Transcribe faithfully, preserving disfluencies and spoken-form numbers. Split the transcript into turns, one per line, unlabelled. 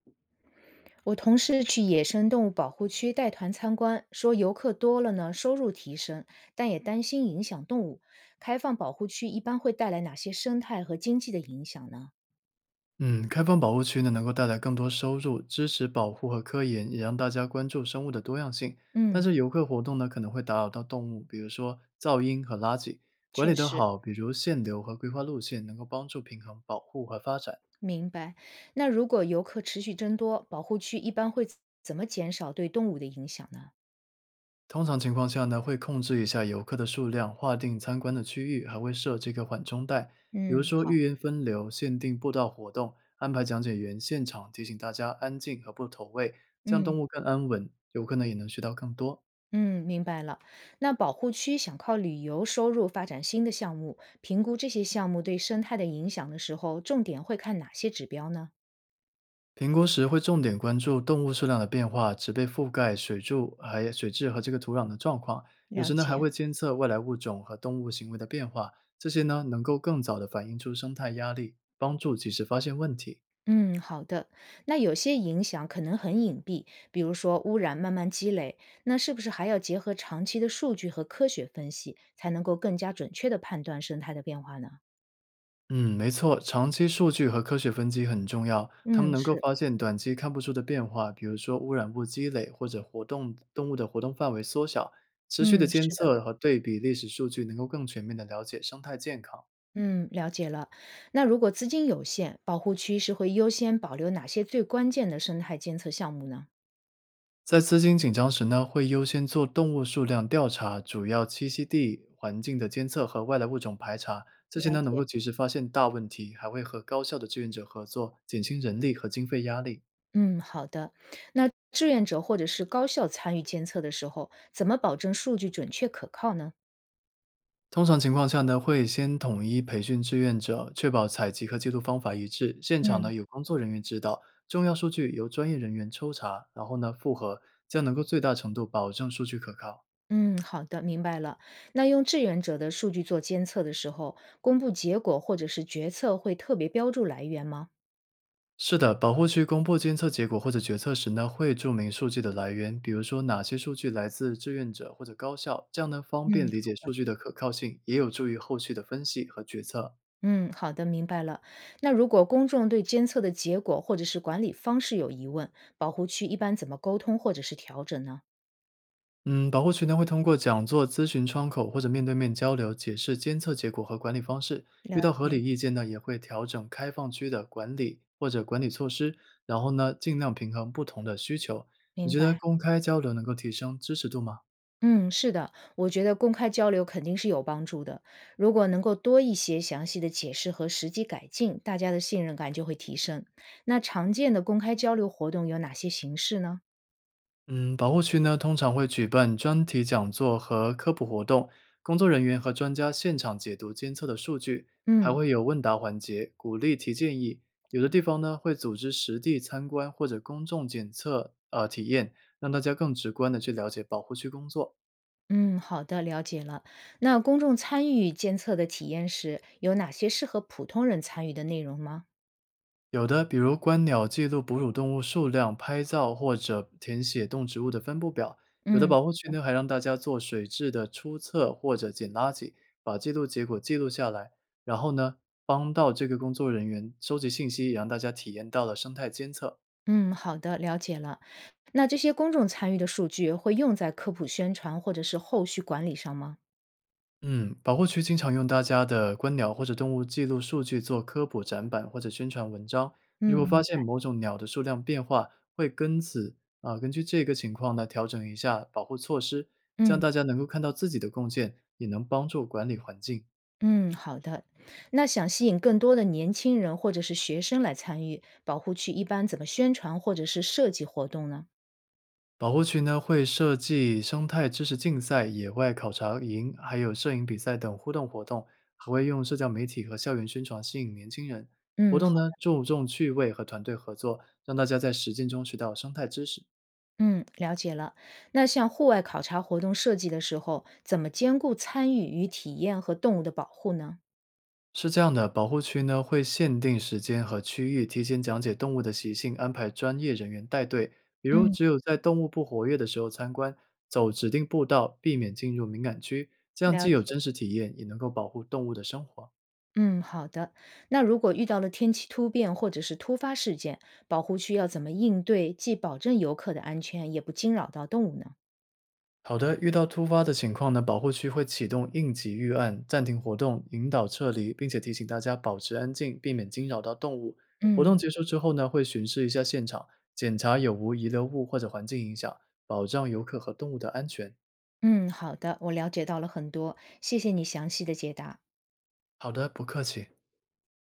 我同事去野生动物保护区带团参观，说游客多了呢，收入提升，但也担心影响动物。开放保护区一般会带来哪些生态和经济的影响呢？
嗯，开放保护区呢，能够带来更多收入，支持保护和科研，也让大家关注生物的多样性。但
嗯，
是游客活动呢，可能会打扰到动物，比如说噪音和垃圾。管
确
理得
实
好，比如限流和规划路线，能够帮助平衡保护和发展。
明白。那如果游客持续增多，保护区一般会怎么减少对动物的影响呢？
通常情况下呢，会控制一下游客的数量，划定参观的区域，还会设这个缓冲带，比如
嗯，
说预
好，
约分流、限定步道活动、安排讲解员现场提醒大家安静和不投喂，这样
嗯。
动物更安稳，游客呢也能学到更多。
嗯，明白了。那保护区想靠旅游收入发展新的项目，评估这些项目对生态的影响的时候，重点会看哪些指标呢？
评估时会重点关注动物数量的变化、植被覆盖、水柱还有水质和这个土壤的状况。有
了
时呢还
解，
会监测外来物种和动物行为的变化，这些呢能够更早的反映出生态压力，帮助及时发现问题。
嗯，好的。那有些影响可能很隐蔽，比如说污染慢慢积累，那是不是还要结合长期的数据和科学分析，才能够更加准确的判断生态的变化呢？
嗯，没错，长期数据和科学分析很重要，他们
嗯，
能够
是，
发现短期看不出的变化，比如说污染物积累或者活动动物的活动范围缩小。持续的
嗯，
监
是的，
测和对比历史数据，能够更全面的了解生态健康。
嗯，了解了。那如果资金有限，保护区是会优先保留哪些最关键的生态监测项目呢？
在资金紧张时呢，会优先做动物数量调查、主要栖息地环境的监测和外来物种排查，这些
了
呢能
解。
够及时发现大问题，还会和高校的志愿者合作，减轻人力和经费压力。
嗯，好的。那志愿者或者是高校参与监测的时候，怎么保证数据准确可靠呢？
通常情况下呢，会先统一培训志愿者，确保采集和记录方法一致。现场呢
嗯，
有工作人员指导，重要数据由专业人员抽查，然后呢复核，这样能够最大程度保证数据可靠。
嗯，好的，明白了。那用志愿者的数据做监测的时候，公布结果或者是决策会特别标注来源吗？
是的，保护区公布监测结果或者决策时呢，会注明数据的来源，比如说哪些数据来自志愿者或者高校，这样呢方
嗯，
便理解数据的可靠性，也有助于后续的分析和决策。
嗯，好的，明白了。那如果公众对监测的结果或者是管理方式有疑问，保护区一般怎么沟通或者是调整呢？
嗯，保护区呢会通过讲座、咨询窗口或者面对面交流，解释监测结果和管理方式。遇
了
到合
解。
理意见呢，也会调整开放区的管理或者管理措施，然后呢尽量平衡不同的需求。你
明
觉得
白。
公开交流能够提升支持度吗？
嗯，是的，我觉得公开交流肯定是有帮助的。如果能够多一些详细的解释和实际改进，大家的信任感就会提升。那常见的公开交流活动有哪些形式呢？
嗯，保护区呢通常会举办专题讲座和科普活动，工作人员和专家现场解读监测的数据，还
嗯
会有问答环节，鼓励提建议。有的地方呢会组织实地参观或者公众检测呃体验，让大家更直观的去了解保护区工作。
嗯，好的，了解了。那公众参与监测的体验时，有哪些适合普通人参与的内容吗？
有的，比如观鸟记录哺乳动物数量、拍照或者填写动植物的分布表。有的
嗯
保护区呢，还让大家做水质的初测或者捡垃圾，把记录结果记录下来，然后呢，帮到这个工作人员收集信息，也让大家体验到了生态监测。
嗯，好的，了解了。那这些公众参与的数据会用在科普宣传或者是后续管理上吗？
嗯，保护区经常用大家的观鸟或者动物记录数据做科普展板或者宣传文章。如果发
嗯
现某种鸟的数量变化，会根此啊，根据这个情况呢调整一下保护措施，这样
嗯
大家能够看到自己的贡献，也能帮助管理环境。
嗯，好的。那想吸引更多的年轻人或者是学生来参与保护区，一般怎么宣传或者是设计活动呢？
保护区呢会设计生态知识竞赛、野外考察营，还有摄影比赛等互动活动，还会用社交媒体和校园宣传吸引年轻人。活
嗯，
动呢注重趣味和团队合作，让大家在实践中学到生态知识。
嗯，了解了。那像户外考察活动设计的时候，怎么兼顾参与与体验和动物的保护呢？
是这样的，保护区呢会限定时间和区域，提前讲解动物的习性，安排专业人员带队。比如，
嗯，
只有在动物不活跃的时候参观，走指定步道，避免进入敏感区，这样既
了
有
解。
真实体验，也能够保护动物的生活。
嗯，好的。那如果遇到了天气突变或者是突发事件，保护区要怎么应对，既保证游客的安全，也不惊扰到动物呢？
好的，遇到突发的情况呢，保护区会启动应急预案，暂停活动，引导撤离，并且提醒大家保持安静，避免惊扰到动物。活
嗯
动结束之后呢，会巡视一下现场，检查有无遗留物或者环境影响，保障游客和动物的安全。
嗯，好的，我了解到了很多，谢谢你详细的解答。
好的，不客气。